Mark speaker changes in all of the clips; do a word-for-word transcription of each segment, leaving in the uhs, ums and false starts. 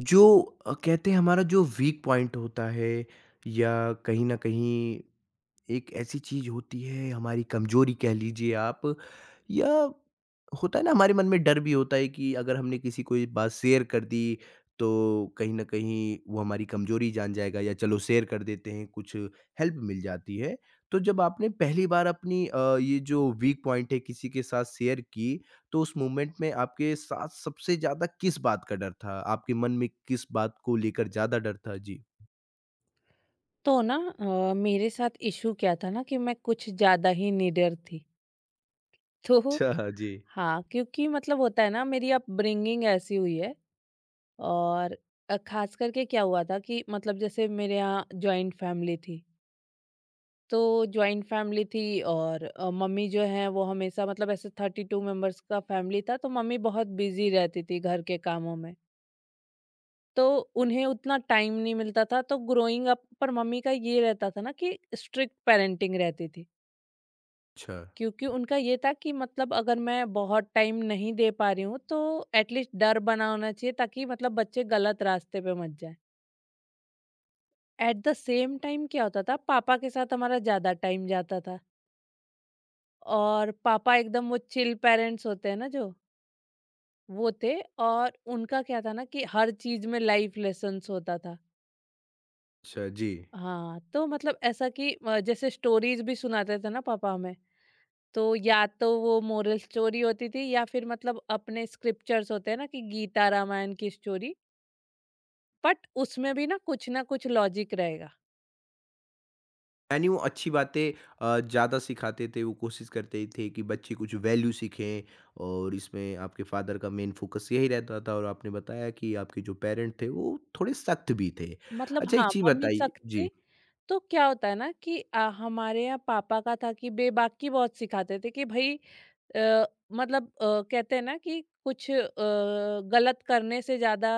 Speaker 1: जो अ, कहते हैं हमारा जो वीक पॉइंट होता है या कहीं न कहीं एक ऐसी चीज़ होती है, हमारी कमज़ोरी कह लीजिए आप, या होता है ना, हमारे मन में डर भी होता है कि अगर हमने किसी को ये बात शेयर कर दी, तो कहीं न कहीं वो हमारी कमज़ोरी जान जाएगा, या चलो शेयर कर देते हैं कुछ हेल्प मिल जाती है। तो जब आपने पहली बार अपनी अ, ये जो वीक पॉइंट है किसी के साथ शेयर की, तो उस मोमेंट में आपके साथ सबसे ज़्यादा किस बात का डर था? आपके मन में किस बात को लेकर ज़्यादा डर था? जी।
Speaker 2: तो ना अ, मेरे साथ इशू क्या था ना कि मैं कुछ ज़्यादा ही निडर थी। तो?
Speaker 1: अच्छा, जी।
Speaker 2: हाँ, क्योंकि मतलब होता है ना मेरी अपब्रिंगिंग ऐसी हुई है और अ, ख़ास करके क्या हुआ था कि मतलब जैसे मेरे यहाँ जॉइंट फैमिली थी। तो जॉइंट फैमिली थी और अ, मम्मी जो हैं वो हमेशा मतलब ऐसे थर्टी टू मेंबर्स का फैमिली था तो मम्मी बहुत बिज़ी रहती थी घर के कामों में। तो उन्हें उतना टाइम नहीं मिलता था तो ग्रोइंग अप पर मम्मी का ये रहता था ना कि स्ट्रिक्ट पेरेंटिंग रहती थी।
Speaker 1: अच्छा।
Speaker 2: क्योंकि उनका ये था कि मतलब अगर मैं बहुत टाइम नहीं दे पा रही हूँ तो एटलीस्ट डर बना होना चाहिए ताकि मतलब बच्चे गलत रास्ते पे मत जाए। एट द सेम टाइम क्या होता था पापा के साथ हमारा ज्यादा टाइम जाता था और पापा एकदम वो चिल पेरेंट्स होते हैं ना जो वो थे। और उनका क्या था ना कि हर चीज में लाइफ लेसन होता था।
Speaker 1: अच्छा, जी।
Speaker 2: हाँ तो मतलब ऐसा कि अ, जैसे स्टोरीज भी सुनाते थे ना पापा हमें। तो या तो वो मोरल स्टोरी होती थी या फिर मतलब अपने स्क्रिप्चर्स होते हैं ना कि गीता रामायण की स्टोरी। बट उसमें भी ना कुछ ना कुछ लॉजिक रहेगा।
Speaker 1: यानी वो अच्छी बातें अ, ज़्यादा सिखाते थे, वो कोशिश करते थे कि बच्चे कुछ वैल्यू सीखें, और इसमें आपके फ़ादर का मेन फ़ोकस यही रहता था। और आपने बताया कि आपके जो पेरेंट थे, वो थोड़े सख्त भी थे।
Speaker 2: मतलब
Speaker 1: अच्छा, एक
Speaker 2: हाँ
Speaker 1: चीज़
Speaker 2: मम्मी
Speaker 1: बताइए
Speaker 2: सख्त
Speaker 1: जी।
Speaker 2: थी। तो क्या होता है ना कि आ, हमारे यहाँ पापा का था कि बेबाकी बहुत सिखाते थे कि भाई अ, मतलब अ, कहते हैं ना कि कुछ अ, गलत करने से ज्यादा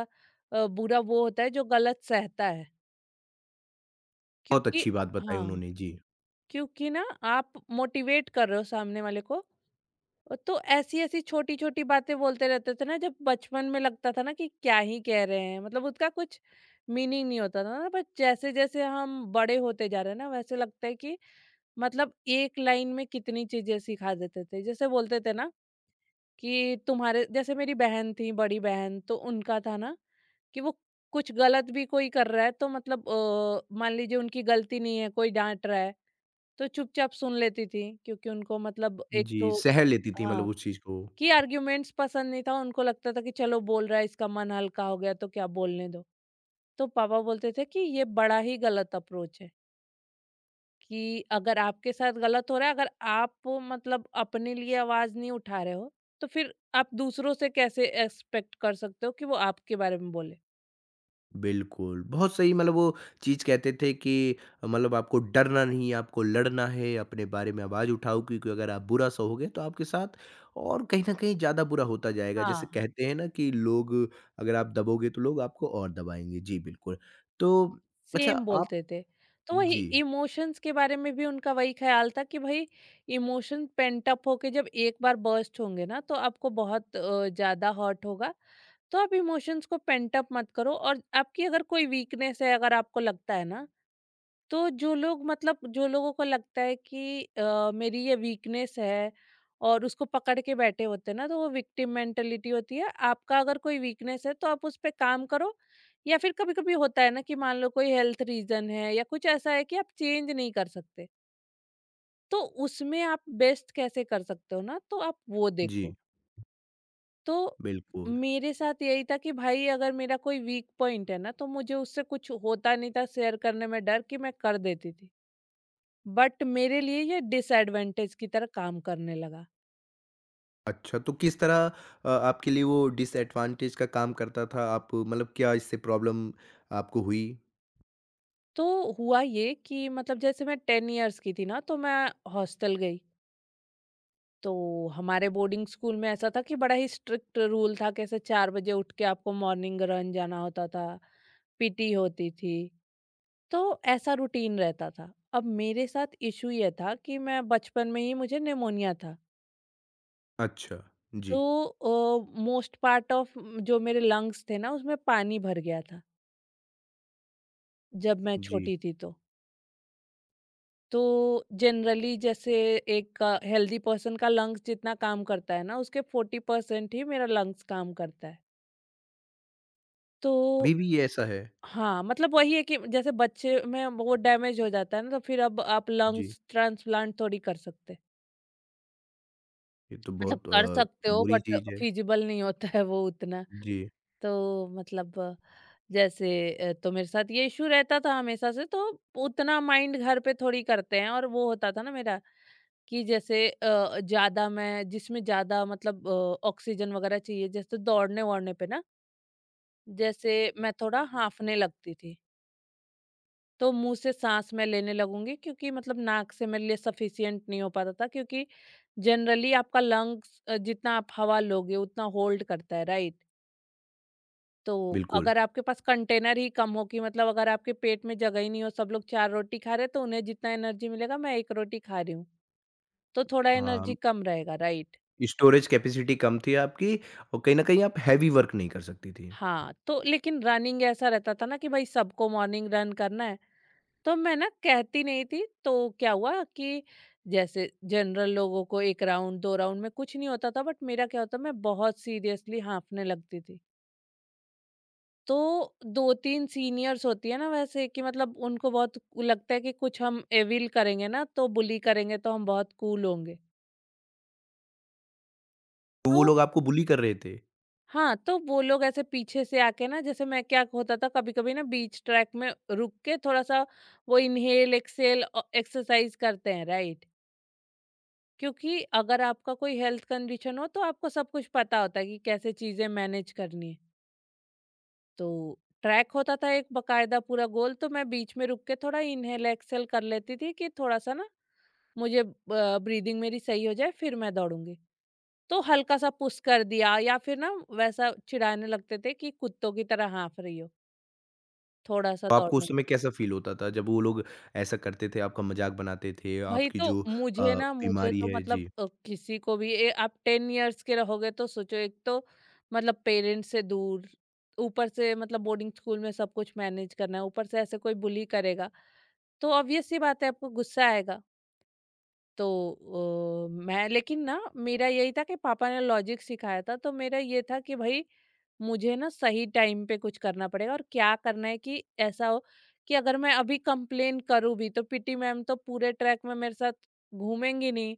Speaker 2: अ, बुरा वो होता है जो गलत सहता है।
Speaker 1: बहुत
Speaker 2: क्योंकि
Speaker 1: अच्छी बात बताई
Speaker 2: हाँ
Speaker 1: उन्होंने, जी।
Speaker 2: क्योंकि ना आप मोटिवेट कर रहे हो सामने वाले को। तो ऐसी ऐसी छोटी छोटी बातें बोलते रहते थे ना जब बचपन में लगता था ना कि क्या ही कह रहे हैं मतलब उसका कुछ मीनिंग नहीं होता था ना बट जैसे जैसे हम बड़े होते जा रहे हैं ना वैसे लगता है कि मतलब एक लाइन में कितनी चीजें सिखा देते थे। जैसे बोलते थे ना कि तुम्हारे जैसे मेरी बहन थी बड़ी बहन तो उनका था ना कि वो कुछ गलत भी कोई कर रहा है तो मतलब अ, मान लीजिए उनकी गलती नहीं है कोई डांट रहा है तो चुपचाप सुन लेती थी क्योंकि उनको मतलब एक
Speaker 1: जी,
Speaker 2: तो
Speaker 1: सह लेती थी मतलब
Speaker 2: हाँ।
Speaker 1: उस चीज़ को।
Speaker 2: कि आर्ग्यूमेंट्स पसंद नहीं था उनको लगता था कि चलो बोल रहा है इसका मन हल्का हो गया तो क्या बोलने दो। तो पापा बोलते थे कि ये बड़ा ही गलत अप्रोच है कि अगर आपके साथ गलत हो रहा है अगर आप वो मतलब अपने लिए आवाज नहीं उठा रहे हो तो फिर आप दूसरों से कैसे एक्सपेक्ट कर सकते हो कि वो आपके बारे में बोले।
Speaker 1: बिल्कुल, बहुत सही। मतलब वो चीज़ कहते थे कि मतलब आपको डरना नहीं है, आपको लड़ना है, अपने बारे में आवाज़ उठाओ, क्योंकि अगर आप बुरा सहोगे तो आपके साथ और कहीं न कहीं ज़्यादा बुरा होता जाएगा। जैसे
Speaker 2: हाँ
Speaker 1: कहते हैं ना कि लोग, अगर आप दबोगे तो लोग आपको और दबाएँगे। जी, बिल्कुल। तो अच्छा
Speaker 2: सेम
Speaker 1: आप,
Speaker 2: बोलते थे। तो वही
Speaker 1: जी,
Speaker 2: इमोशंस के बारे में भी उनका वही ख़्याल था कि भई इमोशन पेंट अप होके जब एक बार बर्स्ट होंगे ना तो आपको बहुत अ, ज़्यादा हर्ट होगा। तो आप इमोशंस को पेंट अप मत करो और आपकी अगर कोई वीकनेस है अगर आपको लगता है ना तो जो लोग मतलब जो लोगों को लगता है कि अ, मेरी ये वीकनेस है और उसको पकड़ के बैठे होते हैं ना तो वो विक्टिम मेंटेलिटी होती है। आपका अगर कोई वीकनेस है तो आप उस पे काम करो या फिर कभी कभी होता है ना कि मान लो कोई हेल्थ रीजन है या कुछ ऐसा है कि आप चेंज नहीं कर सकते तो उसमें आप बेस्ट कैसे कर सकते हो ना तो आप वो
Speaker 1: जी,
Speaker 2: देखो। तो
Speaker 1: बिल्कुल।
Speaker 2: मेरे साथ यही था कि भाई अगर मेरा कोई वीक पॉइंट है ना तो मुझे उससे कुछ होता नहीं था शेयर करने में डर कि मैं कर देती थी। बट मेरे लिए ये डिसएडवांटेज की तरह काम करने लगा।
Speaker 1: अच्छा, तो किस तरह अ, आपके लिए वो डिसएडवांटेज का काम करता था? आप मतलब क्या इससे प्रॉब्लम आपको हुई?
Speaker 2: तो हुआ ये कि मतलब जैसे मैं टेन इयर्स की थी ना तो मैं हॉस्टल गई। तो हमारे बोर्डिंग स्कूल में ऐसा था कि बड़ा ही स्ट्रिक्ट रूल था कैसे चार बजे उठ के आपको मॉर्निंग रन जाना होता था, पीटी होती थी। तो ऐसा रूटीन रहता था। अब मेरे साथ इशू ये था कि मैं बचपन में ही मुझे निमोनिया था।
Speaker 1: अच्छा, जी,
Speaker 2: तो मोस्ट पार्ट ऑफ जो मेरे लंग्स थे ना उसमें पानी भर गया था जब मैं
Speaker 1: जी।
Speaker 2: छोटी थी तो। तो जनरली जैसे एक हेल्दी पर्सन का लंग्स जितना काम करता है ना उसके फोर्टी परसेंट ही मेरा लंग्स काम करता है। तो
Speaker 1: अभी भी ये ऐसा है?
Speaker 2: हाँ मतलब वही है कि जैसे बच्चे में वो डैमेज हो जाता है ना तो फिर अब आप
Speaker 1: जी,
Speaker 2: लंग्स ट्रांसप्लांट थोड़ी कर सकते।
Speaker 1: ये तो
Speaker 2: मतलब
Speaker 1: बहुत
Speaker 2: कर सकते
Speaker 1: अ,
Speaker 2: हो
Speaker 1: बुरी
Speaker 2: बट
Speaker 1: चीज़ है।
Speaker 2: फिजिबल नहीं होता है वो उतना।
Speaker 1: जी,
Speaker 2: तो मतलब जैसे अ, तो मेरे साथ ये इशू रहता था हमेशा से। तो उतना माइंड घर पे थोड़ी करते हैं और वो होता था ना मेरा कि जैसे अ, ज़्यादा मैं जिसमें ज़्यादा मतलब अ, ऑक्सीजन वगैरह चाहिए जैसे दौड़ने वौड़ने पे ना जैसे मैं थोड़ा हाँफने लगती थी तो मुंह से सांस मैं लेने लगूंगी क्योंकि मतलब नाक से मेरे लिए सफिशिएंट नहीं हो पाता था। क्योंकि जनरली आपका लंग्स जितना आप हवा लोगे उतना होल्ड करता है राइट। तो
Speaker 1: बिल्कुल।
Speaker 2: अगर आपके पास कंटेनर ही कम हो कि मतलब अगर आपके पेट में जगह ही नहीं हो सब लोग चार रोटी खा रहे हैं, तो उन्हें जितना एनर्जी मिलेगा मैं एक रोटी खा रही हूँ तो थोड़ा एनर्जी
Speaker 1: हाँ,
Speaker 2: कम रहेगा राइट।
Speaker 1: स्टोरेज कैपेसिटी कम थी आपकी, और कहीं न कहीं आप हेवी वर्क नहीं कर सकती थी।
Speaker 2: हाँ, तो लेकिन रनिंग ऐसा रहता था ना कि भाई सबको मॉर्निंग रन करना है, तो मैं ना कहती नहीं थी। तो क्या हुआ कि जैसे जनरल लोगों को एक राउंड, दो राउंड में कुछ नहीं होता था बट मेरा क्या होता मैं बहुत सीरियसली हाँफने लगती थी। तो दो तीन सीनियर्स होती है ना वैसे कि मतलब उनको बहुत लगता है कि कुछ हम एविल करेंगे ना तो बुली करेंगे तो हम बहुत कूल होंगे।
Speaker 1: तो वो
Speaker 2: तो
Speaker 1: लोग आपको बुली कर रहे थे।
Speaker 2: हाँ, तो वो लोग ऐसे पीछे से आके ना जैसे मैं क्या होता था कभी-कभी ना बीच ट्रैक में रुक के थोड़ा-सा वो इन्हेल एक्सहेल अ, एक्सरसाइज करते हैं, राइट? क्योंकि अगर आपका कोई हेल्थ कंडीशन हो तो आपको सब कुछ पता होता है कि कैसे चीज़ें मैनेज करनी है। तो ट्रैक होता था एक बाकायदा पूरा गोल तो मैं बीच में रुक के थोड़ा इन्हेल एक्सहेल कर लेती थी कि थोड़ा-सा ना मुझे अ, ब्रीदिंग मेरी सही हो जाए फिर मैं दौड़ूंगी। तो हल्का सा पुश कर दिया या फिर ना वैसा चिढ़ाने लगते थे कि कुत्तों की तरह हाँफ रही हो, थोड़ा-सा
Speaker 1: तो आपको
Speaker 2: दौड़ने
Speaker 1: उस
Speaker 2: में।
Speaker 1: समय कैसा फ़ील होता था जब वो लोग ऐसा करते थे, आपका मज़ाक बनाते थे,
Speaker 2: भाई
Speaker 1: आपकी
Speaker 2: तो
Speaker 1: जो अ,
Speaker 2: मुझे ना मुझे
Speaker 1: बीमारी
Speaker 2: तो
Speaker 1: है?
Speaker 2: मतलब
Speaker 1: जी,
Speaker 2: अ, किसी को भी ए, आप टेन इयर्स के रहोगे तो सोचो एक तो मतलब पेरेंट्स से दूर, ऊपर से मतलब बोर्डिंग स्कूल में सब कुछ मैनेज करना है, ऊपर से ऐसे कोई बुली करेगा, तो ऑब्वियस सी बात है आपको गुस्सा आएगा। तो अ, मैं लेकिन ना मेरा यही था कि पापा ने लॉजिक सिखाया था तो मेरा ये था कि भाई मुझे ना सही टाइम पे कुछ करना पड़ेगा और क्या करना है कि ऐसा हो कि अगर मैं अभी कंप्लेन करूँ भी तो पीटी मैम तो पूरे ट्रैक में मेरे साथ घूमेंगी नहीं।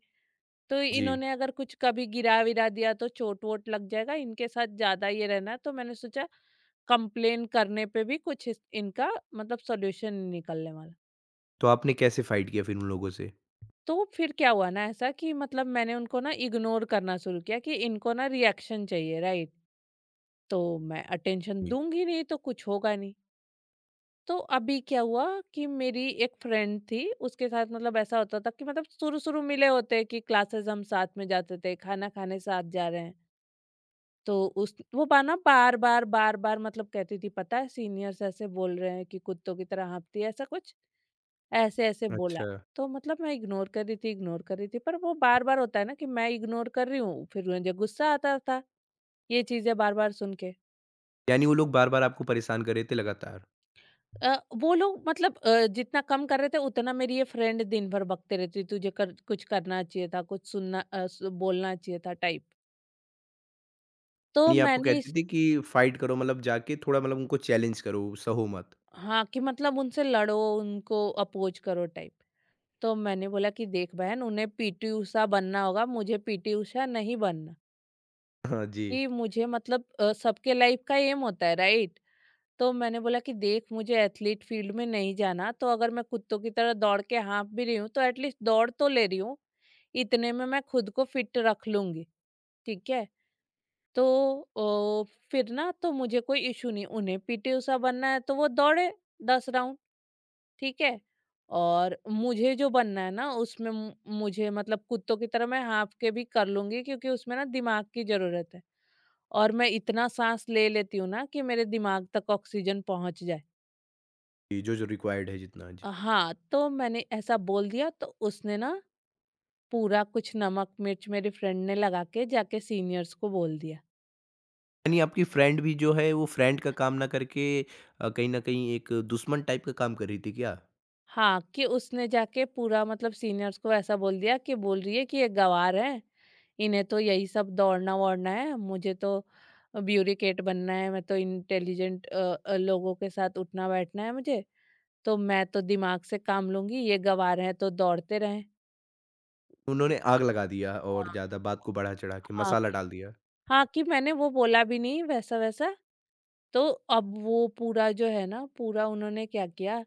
Speaker 2: तो
Speaker 1: जी।
Speaker 2: इन्होंने अगर कुछ कभी गिरा विरा दिया तो चोट वोट लग जाएगा इनके साथ ज्यादा ये रहना है। तो मैंने सोचा कंप्लेन करने पे भी कुछ इस- इनका मतलब सॉल्यूशन निकलने वाला।
Speaker 1: तो आपने कैसे फाइट किया फिर उन लोगों से?
Speaker 2: तो फिर क्या हुआ ना ऐसा कि मतलब मैंने उनको ना इग्नोर करना शुरू किया कि इनको ना रिएक्शन चाहिए राइट। तो मैं अटेंशन
Speaker 1: जी।
Speaker 2: दूंगी नहीं तो कुछ होगा नहीं। तो अभी क्या हुआ कि मेरी एक फ्रेंड थी उसके साथ मतलब ऐसा होता था कि मतलब शुरू शुरू मिले होते कि क्लासेस हम साथ में जाते थे खाना खाने साथ जा रहे हैं। तो उस वो बाना बार बार बार बार मतलब कहती थी पता है सीनियर्स ऐसे बोल रहे हैं कि कुत्तों की तरह हाँफती है ऐसा कुछ ऐसे-ऐसे बोला।
Speaker 1: अच्छा,
Speaker 2: तो मतलब मैं इग्नोर कर रही थी, इग्नोर कर रही थी, पर वो बार-बार होता है ना कि मैं इग्नोर कर रही हूँ, फिर मुझे गुस्सा आता था, ये चीज़ें बार-बार सुन के।
Speaker 1: यानी वो लोग बार-बार आपको परेशान कर रहे थे लगातार।
Speaker 2: अ, वो लोग मतलब अ, जितना कम कर रहे थे उतना मेरी ये फ्रेंड दिन भर बकते रहती, तुझे कर कुछ करना चाहिए था, कुछ सुनना अ, सु बोलना चाहिए था टाइप। तो
Speaker 1: यानी आपको
Speaker 2: मैंने
Speaker 1: कहते
Speaker 2: इस
Speaker 1: थे कि फाइट करो, मतलब जाके थोड़ा मतलब उनको चैलेंज करो, सहो मत।
Speaker 2: हाँ, कि मतलब उनसे लड़ो, उनको अपोज़ करो टाइप। तो मैंने बोला कि देख बहन उन्हें पीटी ऊषा बनना होगा, मुझे पीटी ऊषा नहीं बनना।
Speaker 1: हाँ, जी।
Speaker 2: कि मुझे मतलब अ, सबके लाइफ का एम होता है राइट। तो मैंने बोला कि देख मुझे एथलीट फील्ड में नहीं जाना तो अगर मैं कुत्तों की तरह दौड़ के हाँफ भी रही हूँ तो एटलीस्ट दौड़ तो ले रही हूँ इतने में मैं खुद को फिट रख लूंगी ठीक है। तो ओ, फिर ना तो मुझे कोई इशू नहीं उन्हें पीटी उषा बनना है तो वो दौड़े दस राउंड ठीक है। और मुझे जो बनना है ना उसमें मु- मुझे मतलब कुत्तों की तरह मैं हाँफ के भी कर लूंगी क्योंकि उसमें ना दिमाग की जरूरत है और मैं इतना साँस ले लेती हूँ ना कि मेरे दिमाग तक ऑक्सीजन पहुँच जाए।
Speaker 1: जी, जो जो रिक्वायर्ड है जितना, जी।
Speaker 2: हाँ, तो मैंने ऐसा बोल दिया तो उसने ना पूरा कुछ नमक मिर्च मेरी फ्रेंड ने लगा के जाके सीनियर्स को बोल दिया।
Speaker 1: यानी आपकी फ्रेंड भी जो है, वो फ्रेंड का काम ना करके अ, कहीं न कहीं एक दुश्मन टाइप का काम कर रही थी क्या?
Speaker 2: हाँ, कि उसने जाके पूरा मतलब सीनियर्स को ऐसा बोल दिया कि बोल रही है कि ये गँवार हैं, इन्हें तो यही सब दौड़ना-वौड़ना है, मुझे तो ब्यूरीकेट बनना है, मैं तो इंटेलिजेंट अ अ, लोगों के साथ उठना-बैठना है मुझे, तो मैं तो दिमाग से काम लूँगी, ये गँवार हैं तो दौड़ते रहें।
Speaker 1: उन्होंने आग लगा दिया और
Speaker 2: हाँ।
Speaker 1: ज़्यादा बात को बढ़ा-चढ़ा के
Speaker 2: हाँ
Speaker 1: मसाला
Speaker 2: कि
Speaker 1: डाल दिया।
Speaker 2: हाँ कि मैंने वो बोला भी नहीं वैसा-वैसा, तो अब वो पूरा जो है ना पूरा उन्होंने क्या किया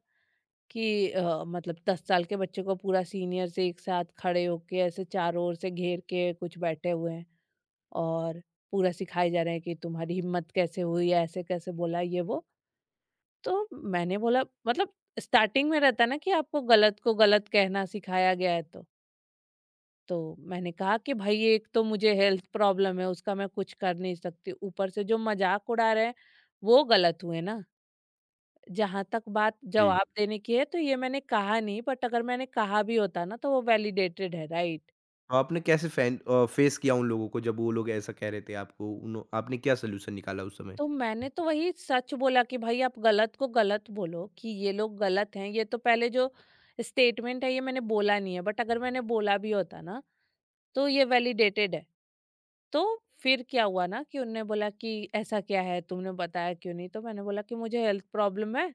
Speaker 2: कि अ, मतलब दस साल के बच्चे को पूरा सीनियर्स एक साथ खड़े होके ऐसे चारों ओर से घेर के कुछ बैठे हुए हैं और पूरा सिखाए जा रहे हैं कि तुम्हारी हिम्मत कैसे हुई, ऐसे कैसे बोला ये वो। तो मैंने बोला मतलब स्टार्टिंग में रहता है ना कि आपको गलत को गलत कहना सिखाया गया है तो। तो मैंने कहा कि भाई एक तो मुझे हेल्थ प्रॉब्लम है उसका मैं कुछ कर नहीं सकती, ऊपर से जो मजाक उड़ा रहे हैं वो गलत हुए ना। जहां तक बात
Speaker 1: जी,
Speaker 2: जवाब देने की है तो ये मैंने कहा नहीं, बट अगर मैंने कहा भी होता ना तो वो वैलिडेटेड है राइट।
Speaker 1: तो आपने कैसे फ़ैन अ, फेस किया उन लोगों को जब वो लोग ऐसा कह रहे थे आपको? उन्हों आपने क्या सॉल्यूशन निकाला उस समय?
Speaker 2: तो मैंने तो वही सच बोला कि भाई आप गलत को गलत बोलो कि ये लोग गलत हैं, ये तो पहले जो स्टेटमेंट है ये मैंने बोला नहीं है, बट अगर मैंने बोला भी होता ना तो ये वैलिडेटेड है। तो फिर क्या हुआ ना कि उनने बोला कि ऐसा क्या है तुमने बताया क्यों नहीं, तो मैंने बोला कि मुझे हेल्थ प्रॉब्लम है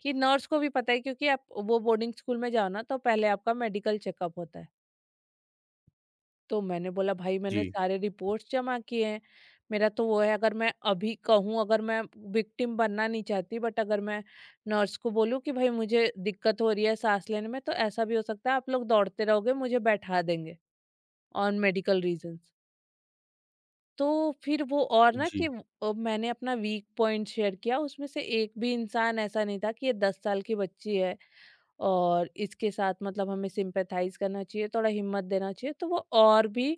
Speaker 2: कि नर्स को भी पता है, क्योंकि आप वो बोर्डिंग स्कूल में जाओ ना तो पहले आपका मेडिकल चेकअप होता है। तो मैंने बोला भाई मैंने
Speaker 1: जी,
Speaker 2: सारे रिपोर्ट्स जमा किए हैं। मेरा तो वो है, अगर मैं अभी कहूँ, अगर मैं विक्टिम बनना नहीं चाहती, बट अगर मैं नर्स को बोलूँ कि भाई मुझे दिक्कत हो रही है सांस लेने में, तो ऐसा भी हो सकता है आप लोग दौड़ते रहोगे मुझे बैठा देंगे ऑन मेडिकल रीजंस। तो फिर वो और ना
Speaker 1: जी।
Speaker 2: कि वो- अ, मैंने अपना वीक पॉइंट शेयर किया, उसमें से एक भी इंसान ऐसा नहीं था कि ये दस साल की बच्ची है और इसके साथ मतलब हमें सिंपैथाइज करना चाहिए थोड़ा हिम्मत देना चाहिए। तो वो और भी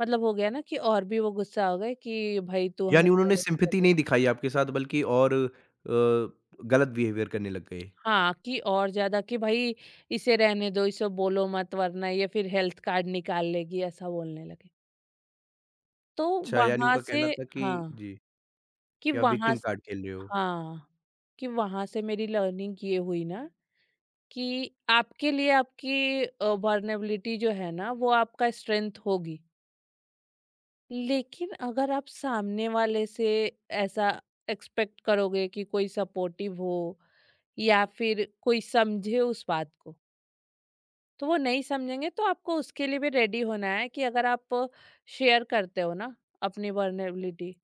Speaker 2: मतलब हो गया ना कि और भी वो गुस्सा हो गए कि भाई तू हमें
Speaker 1: यानी उन्होंने
Speaker 2: challenge कर
Speaker 1: सिम्पैथी
Speaker 2: रही है।
Speaker 1: नहीं दिखाई आपके साथ, बल्कि और अ, गलत बिहेवियर करने लग गए।
Speaker 2: हाँ कि और ज्यादा कि भाई इसे रहने दो इसे बोलो मत, वरना ये फिर हेल्थ कार्ड निकाल लेगी ऐसा बोलने लगे। तो
Speaker 1: अच्छा, यानी
Speaker 2: वहां
Speaker 1: उनका
Speaker 2: से।
Speaker 1: कहना था कि,
Speaker 2: हाँ
Speaker 1: जी,
Speaker 2: कि
Speaker 1: कि आप
Speaker 2: वहां।
Speaker 1: विक्टिम कार्ड खेल रहे हो।
Speaker 2: हाँ, कि वहाँ से मेरी लर्निंग ये हुई ना कि आपके लिए आपकी अ, वल्नरेबिलिटी जो है ना वो आपका स्ट्रेंथ होगी। लेकिन अगर आप सामने वाले से ऐसा एक्सपेक्ट करोगे कि कोई सपोर्टिव हो या फिर कोई समझे उस बात को, तो वो नहीं समझेंगे, तो आपको उसके लिए भी रेडी होना है कि अगर आप शेयर करते हो ना अपनी वर्नेबिलिटी,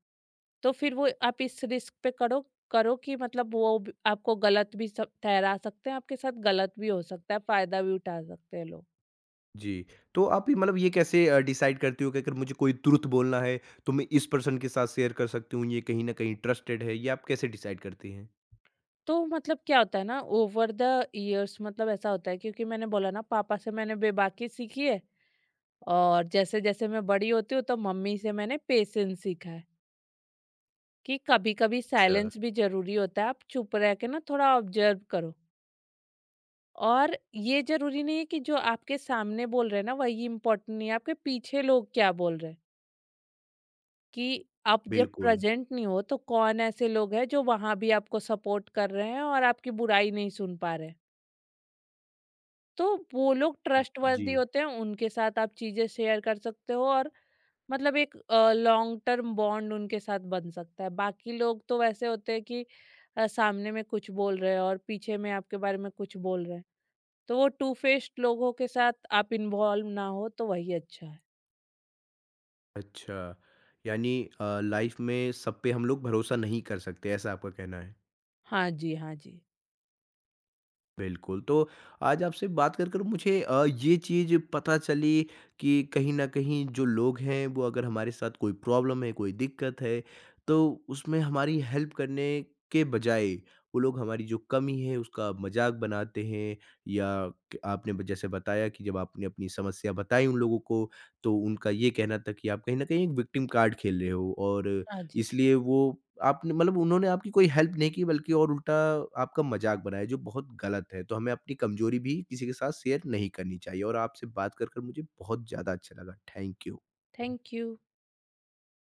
Speaker 2: तो फिर वो आप इस रिस्क पे करो करो कि मतलब वो भी- आपको गलत भी सब- ठहरा सकते हैं, आपके साथ गलत भी हो सकता है, फायदा भी उठा सकते हैं लोग।
Speaker 1: जी, तो आप ये मतलब ये कैसे अ, डिसाइड करती हो कि अगर मुझे कोई तुरंत बोलना है, तो मैं इस पर्सन के साथ शेयर कर सकती हूँ, ये कहीं न कहीं ट्रस्टेड है, ये आप कैसे डिसाइड करती हैं?
Speaker 2: तो मतलब क्या होता है ना ओवर द इयर्स मतलब ऐसा होता है, क्योंकि मैंने बोला ना पापा से मैंने बेबाकी सीखी है, और जैसे जैसे मैं बड़ी होती हूँ तो मम्मी से मैंने पेशेंस सीखा है कि कभी-कभी
Speaker 1: अच्छा।
Speaker 2: साइलेंस भी ज़रूरी होता है। आप चुप रह के ना थोड़ा ऑब्ज़र्व करो। और ये ज़रूरी नहीं है कि जो आपके सामने बोल रहे हैं ना वही इम्पोर्टेंट नहीं है, आपके पीछे लोग क्या बोल रहे हैं, कि आप जब
Speaker 1: बिल्कुल,
Speaker 2: प्रेज़ेंट नहीं हो तो कौन ऐसे लोग हैं जो वहाँ भी आपको सपोर्ट कर रहे हैं और आपकी बुराई नहीं सुन पा रहे हैं। तो वो लोग ट्रस्टवर्दी
Speaker 1: जी,
Speaker 2: होते हैं, उनके साथ आप चीज़ें शेयर कर सकते हो, और मतलब एक अ, लॉन्ग टर्म बॉन्ड उनके साथ बन सकता है। बाकी लोग तो वैसे होते हैं कि अ, सामने में कुछ बोल रहे हैं और पीछे में आपके बारे में कुछ बोल रहे हैं। तो वो टू फेस्ड लोगों के साथ आप इन्वॉल्व ना हो तो वही अच्छा है।
Speaker 1: अच्छा। यानी अ, लाइफ़ में सब पे हम लोग भरोसा नहीं कर सकते, ऐसा आपका कहना है।
Speaker 2: हाँ जी, हाँ जी।
Speaker 1: बिल्कुल। तो आज आपसे बात कर कर मुझे अ, ये चीज़ पता चली कि कहीं न कहीं जो लोग हैं, वो अगर हमारे साथ कोई प्रॉब्लम है, कोई दिक्कत है, तो उसमें हमारी हेल्प करने के बजाय वो लोग हमारी जो कमी है उसका मज़ाक बनाते हैं, या क आपने ब जैसे बताया कि जब आपने अपनी समस्या बताई उन लोगों को, तो उनका ये कहना था कि आप कहीं न कहीं एक विक्टिम कार्ड खेल रहे हो, और
Speaker 2: हाँ जी,
Speaker 1: इसलिए वो आपने मतलब उन्होंने आपकी कोई हेल्प नहीं की, बल्कि और उल्टा आपका मज़ाक बनाया, जो बहुत गलत है। तो हमें अपनी कमज़ोरी भी किसी के साथ शेयर नहीं करनी चाहिए। और आपसे बात कर, कर मुझे बहुत ज़्यादा अच्छा लगा। Thank you.
Speaker 2: Thank you.